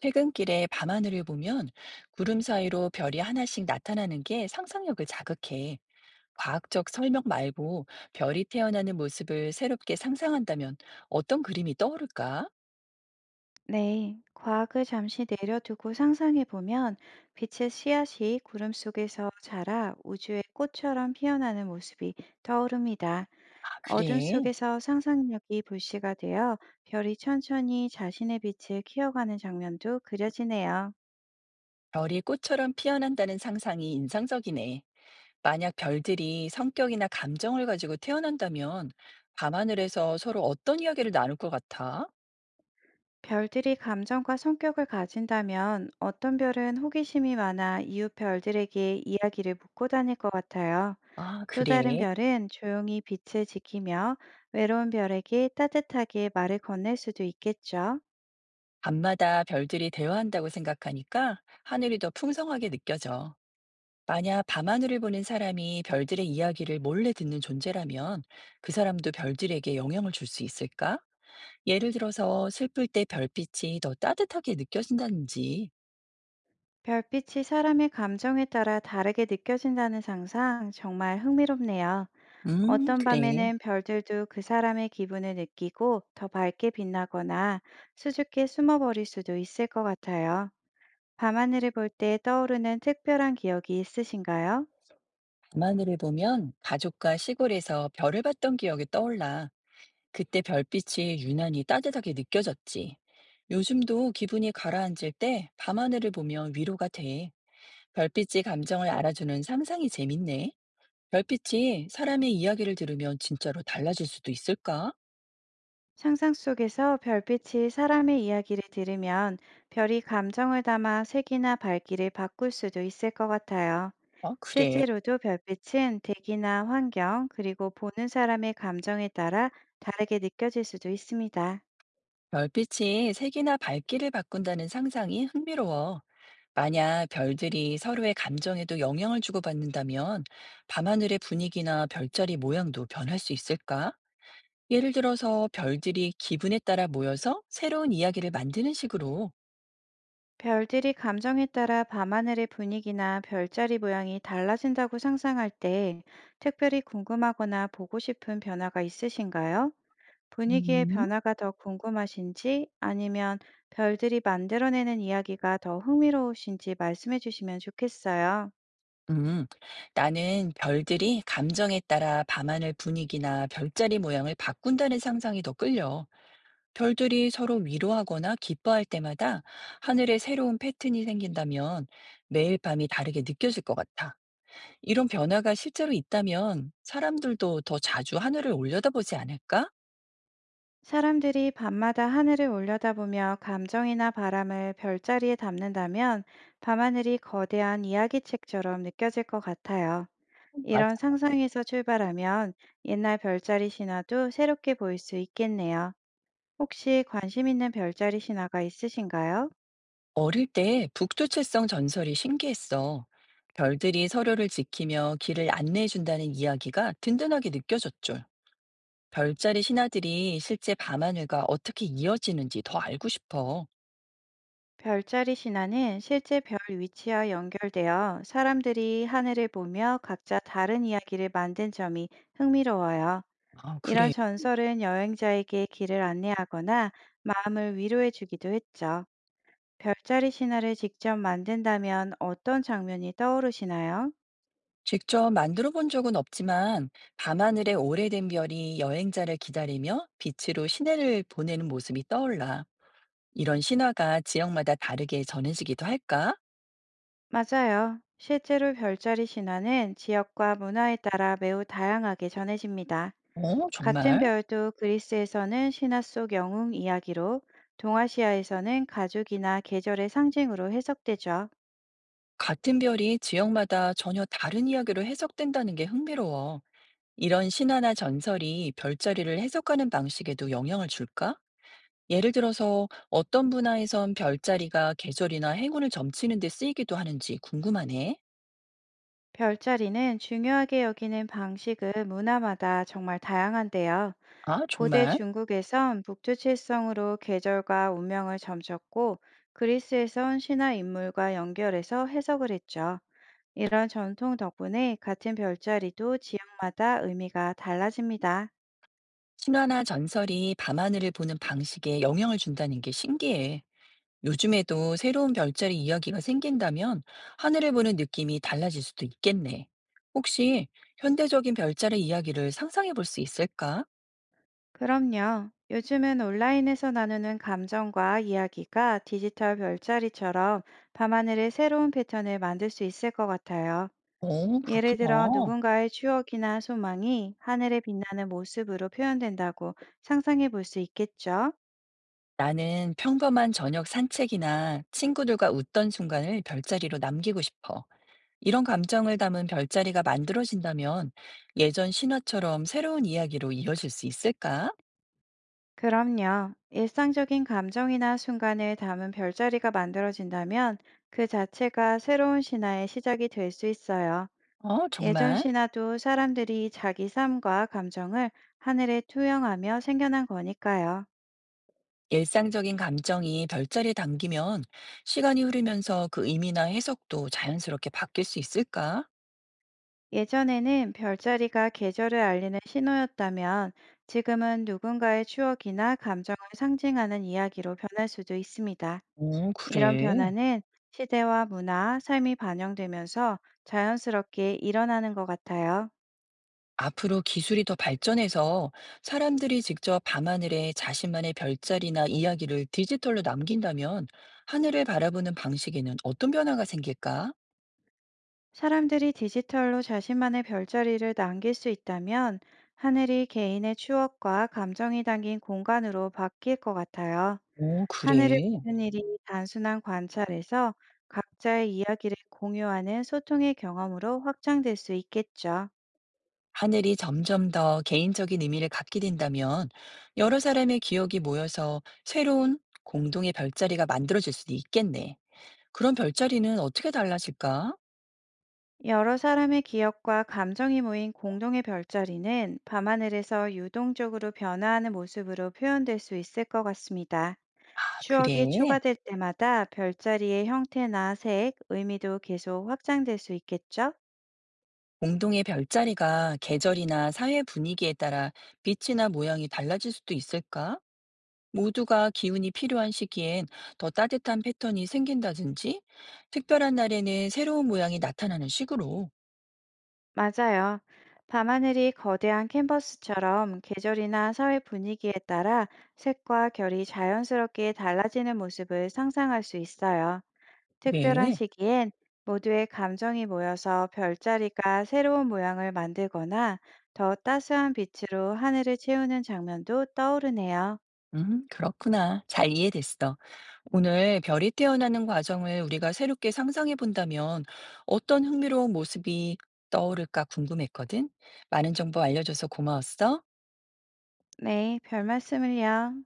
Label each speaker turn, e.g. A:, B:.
A: 퇴근길에 밤하늘을 보면 구름 사이로 별이 하나씩 나타나는 게 상상력을 자극해. 과학적 설명 말고 별이 태어나는 모습을 새롭게 상상한다면 어떤 그림이 떠오를까?
B: 네, 과학을 잠시 내려두고 상상해 보면 빛의 씨앗이 구름 속에서 자라 우주의 꽃처럼 피어나는 모습이 떠오릅니다.
A: 아,
B: 어둠
A: 그래.
B: 속에서 상상력이 불씨가 되어 별이 천천히 자신의 빛을 키워가는 장면도 그려지네요.
A: 별이 꽃처럼 피어난다는 상상이 인상적이네. 만약 별들이 성격이나 감정을 가지고 태어난다면 밤하늘에서 서로 어떤 이야기를 나눌 것 같아?
B: 별들이 감정과 성격을 가진다면 어떤 별은 호기심이 많아 이웃 별들에게 이야기를 묻고 다닐 것 같아요.
A: 아,
B: 또 다른
A: 그래.
B: 별은 조용히 빛을 지키며 외로운 별에게 따뜻하게 말을 건넬 수도 있겠죠.
A: 밤마다 별들이 대화한다고 생각하니까 하늘이 더 풍성하게 느껴져. 만약 밤하늘을 보는 사람이 별들의 이야기를 몰래 듣는 존재라면 그 사람도 별들에게 영향을 줄 수 있을까? 예를 들어서 슬플 때 별빛이 더 따뜻하게 느껴진다든지.
B: 별빛이 사람의 감정에 따라 다르게 느껴진다는 상상, 정말 흥미롭네요. 어떤
A: 그래.
B: 밤에는 별들도 그 사람의 기분을 느끼고 더 밝게 빛나거나 수줍게 숨어버릴 수도 있을 것 같아요. 밤하늘을 볼 때 떠오르는 특별한 기억이 있으신가요?
A: 밤하늘을 보면 가족과 시골에서 별을 봤던 기억이 떠올라. 그때 별빛이 유난히 따뜻하게 느껴졌지. 요즘도 기분이 가라앉을 때 밤하늘을 보면 위로가 돼. 별빛이 감정을 알아주는 상상이 재밌네. 별빛이 사람의 이야기를 들으면 진짜로 달라질 수도 있을까?
B: 상상 속에서 별빛이 사람의 이야기를 들으면, 별이 감정을 담아 색이나 밝기를 바꿀 수도 있을 것 같아요.
A: 어, 그래.
B: 실제로도 별빛은 대기나 환경, 그리고 보는 사람의 감정에 따라 다르게 느껴질 수도 있습니다.
A: 별빛이 색이나 밝기를 바꾼다는 상상이 흥미로워. 만약 별들이 서로의 감정에도 영향을 주고받는다면 밤하늘의 분위기나 별자리 모양도 변할 수 있을까? 예를 들어서 별들이 기분에 따라 모여서 새로운 이야기를 만드는 식으로.
B: 별들이 감정에 따라 밤하늘의 분위기나 별자리 모양이 달라진다고 상상할 때, 특별히 궁금하거나 보고 싶은 변화가 있으신가요? 분위기의
A: 음,
B: 변화가 더 궁금하신지, 아니면 별들이 만들어내는 이야기가 더 흥미로우신지 말씀해 주시면 좋겠어요.
A: 음, 나는 별들이 감정에 따라 밤하늘 분위기나 별자리 모양을 바꾼다는 상상이 더 끌려. 별들이 서로 위로하거나 기뻐할 때마다 하늘에 새로운 패턴이 생긴다면 매일 밤이 다르게 느껴질 것 같아. 이런 변화가 실제로 있다면 사람들도 더 자주 하늘을 올려다보지 않을까?
B: 사람들이 밤마다 하늘을 올려다보며 감정이나 바람을 별자리에 담는다면, 밤하늘이 거대한 이야기책처럼 느껴질 것 같아요.
A: 맞아.
B: 이런 상상에서 출발하면, 옛날 별자리 신화도 새롭게 보일 수 있겠네요. 혹시 관심 있는 별자리 신화가 있으신가요?
A: 어릴 때 북두칠성 전설이 신기했어. 별들이 서로를 지키며 길을 안내해준다는 이야기가 든든하게 느껴졌죠. 별자리 신하들이 실제 밤하늘과 어떻게 이어지는지 더 알고 싶어.
B: 별자리 신화는 실제 별 위치와 연결되어, 사람들이 하늘을 보며 각자 다른 이야기를 만든 점이 흥미로워요.
A: 아,
B: 이런
A: 그래.
B: 전설은 여행자에게 길을 안내하거나 마음을 위로해 주기도 했죠. 별자리 신화를 직접 만든다면 어떤 장면이 떠오르시나요?
A: 직접 만들어 본 적은 없지만 밤하늘의 오래된 별이 여행자를 기다리며 빛으로 시내를 보내는 모습이 떠올라. 이런 신화가 지역마다 다르게 전해지기도 할까?
B: 맞아요. 실제로 별자리 신화는 지역과 문화에 따라 매우 다양하게 전해집니다.
A: 어,
B: 같은
A: 정말?
B: 별도 그리스에서는 신화 속 영웅 이야기로, 동아시아에서는 가족이나 계절의 상징으로 해석되죠.
A: 같은 별이 지역마다 전혀 다른 이야기로 해석된다는 게 흥미로워. 이런 신화나 전설이 별자리를 해석하는 방식에도 영향을 줄까? 예를 들어서 어떤 분야에선 별자리가 계절이나 행운을 점치는 데 쓰이기도 하는지 궁금하네.
B: 별자리는 중요하게 여기는 방식은 문화마다 정말 다양한데요.
A: 아,
B: 고대
A: 정말?
B: 중국에선 북두칠성으로 계절과 운명을 점쳤고, 그리스에선 신화 인물과 연결해서 해석을 했죠. 이런 전통 덕분에 같은 별자리도 지역마다 의미가 달라집니다.
A: 신화나 전설이 밤하늘을 보는 방식에 영향을 준다는 게 신기해. 요즘에도 새로운 별자리 이야기가 생긴다면 하늘을 보는 느낌이 달라질 수도 있겠네. 혹시 현대적인 별자리 이야기를 상상해 볼 수 있을까?
B: 그럼요. 요즘은 온라인에서 나누는 감정과 이야기가 디지털 별자리처럼 밤하늘의 새로운 패턴을 만들 수 있을 것 같아요.
A: 어,
B: 예를 들어
A: 그렇구나.
B: 누군가의 추억이나 소망이 하늘에 빛나는 모습으로 표현된다고 상상해 볼 수 있겠죠?
A: 나는 평범한 저녁 산책이나 친구들과 웃던 순간을 별자리로 남기고 싶어. 이런 감정을 담은 별자리가 만들어진다면 예전 신화처럼 새로운 이야기로 이어질 수 있을까?
B: 그럼요. 일상적인 감정이나 순간을 담은 별자리가 만들어진다면, 그 자체가 새로운 신화의 시작이 될 수 있어요.
A: 어,
B: 예전
A: 정말.
B: 신화도 사람들이 자기 삶과 감정을 하늘에 투영하며 생겨난 거니까요.
A: 일상적인 감정이 별자리에 담기면 시간이 흐르면서 그 의미나 해석도 자연스럽게 바뀔 수 있을까?
B: 예전에는 별자리가 계절을 알리는 신호였다면, 지금은 누군가의 추억이나 감정을 상징하는 이야기로 변할 수도 있습니다.
A: 오,
B: 이런
A: 그래.
B: 변화는 시대와 문화, 삶이 반영되면서 자연스럽게 일어나는 것 같아요.
A: 앞으로 기술이 더 발전해서 사람들이 직접 밤하늘에 자신만의 별자리나 이야기를 디지털로 남긴다면 하늘을 바라보는 방식에는 어떤 변화가 생길까?
B: 사람들이 디지털로 자신만의 별자리를 남길 수 있다면, 하늘이 개인의 추억과 감정이 담긴 공간으로 바뀔 것 같아요.
A: 오,
B: 하늘을
A: 그래.
B: 보는 일이 단순한 관찰에서 각자의 이야기를 공유하는 소통의 경험으로 확장될 수 있겠죠.
A: 하늘이 점점 더 개인적인 의미를 갖게 된다면 여러 사람의 기억이 모여서 새로운 공동의 별자리가 만들어질 수도 있겠네. 그런 별자리는 어떻게 달라질까?
B: 여러 사람의 기억과 감정이 모인 공동의 별자리는, 밤하늘에서 유동적으로 변화하는 모습으로 표현될 수 있을 것 같습니다.
A: 아,
B: 추억이
A: 그래.
B: 추가될 때마다 별자리의 형태나 색, 의미도 계속 확장될 수 있겠죠?
A: 공동의 별자리가 계절이나 사회 분위기에 따라 빛이나 모양이 달라질 수도 있을까? 모두가 기운이 필요한 시기엔 더 따뜻한 패턴이 생긴다든지, 특별한 날에는 새로운 모양이 나타나는 식으로.
B: 맞아요. 밤하늘이 거대한 캔버스처럼 계절이나 사회 분위기에 따라 색과 결이 자연스럽게 달라지는 모습을 상상할 수 있어요. 특별한
A: 네,
B: 시기엔 모두의 감정이 모여서 별자리가 새로운 모양을 만들거나 더 따스한 빛으로 하늘을 채우는 장면도 떠오르네요.
A: 그렇구나. 잘 이해됐어. 오늘 별이 태어나는 과정을 우리가 새롭게 상상해 본다면 어떤 흥미로운 모습이 떠오를까 궁금했거든. 많은 정보 알려줘서 고마웠어.
B: 네, 별 말씀을요.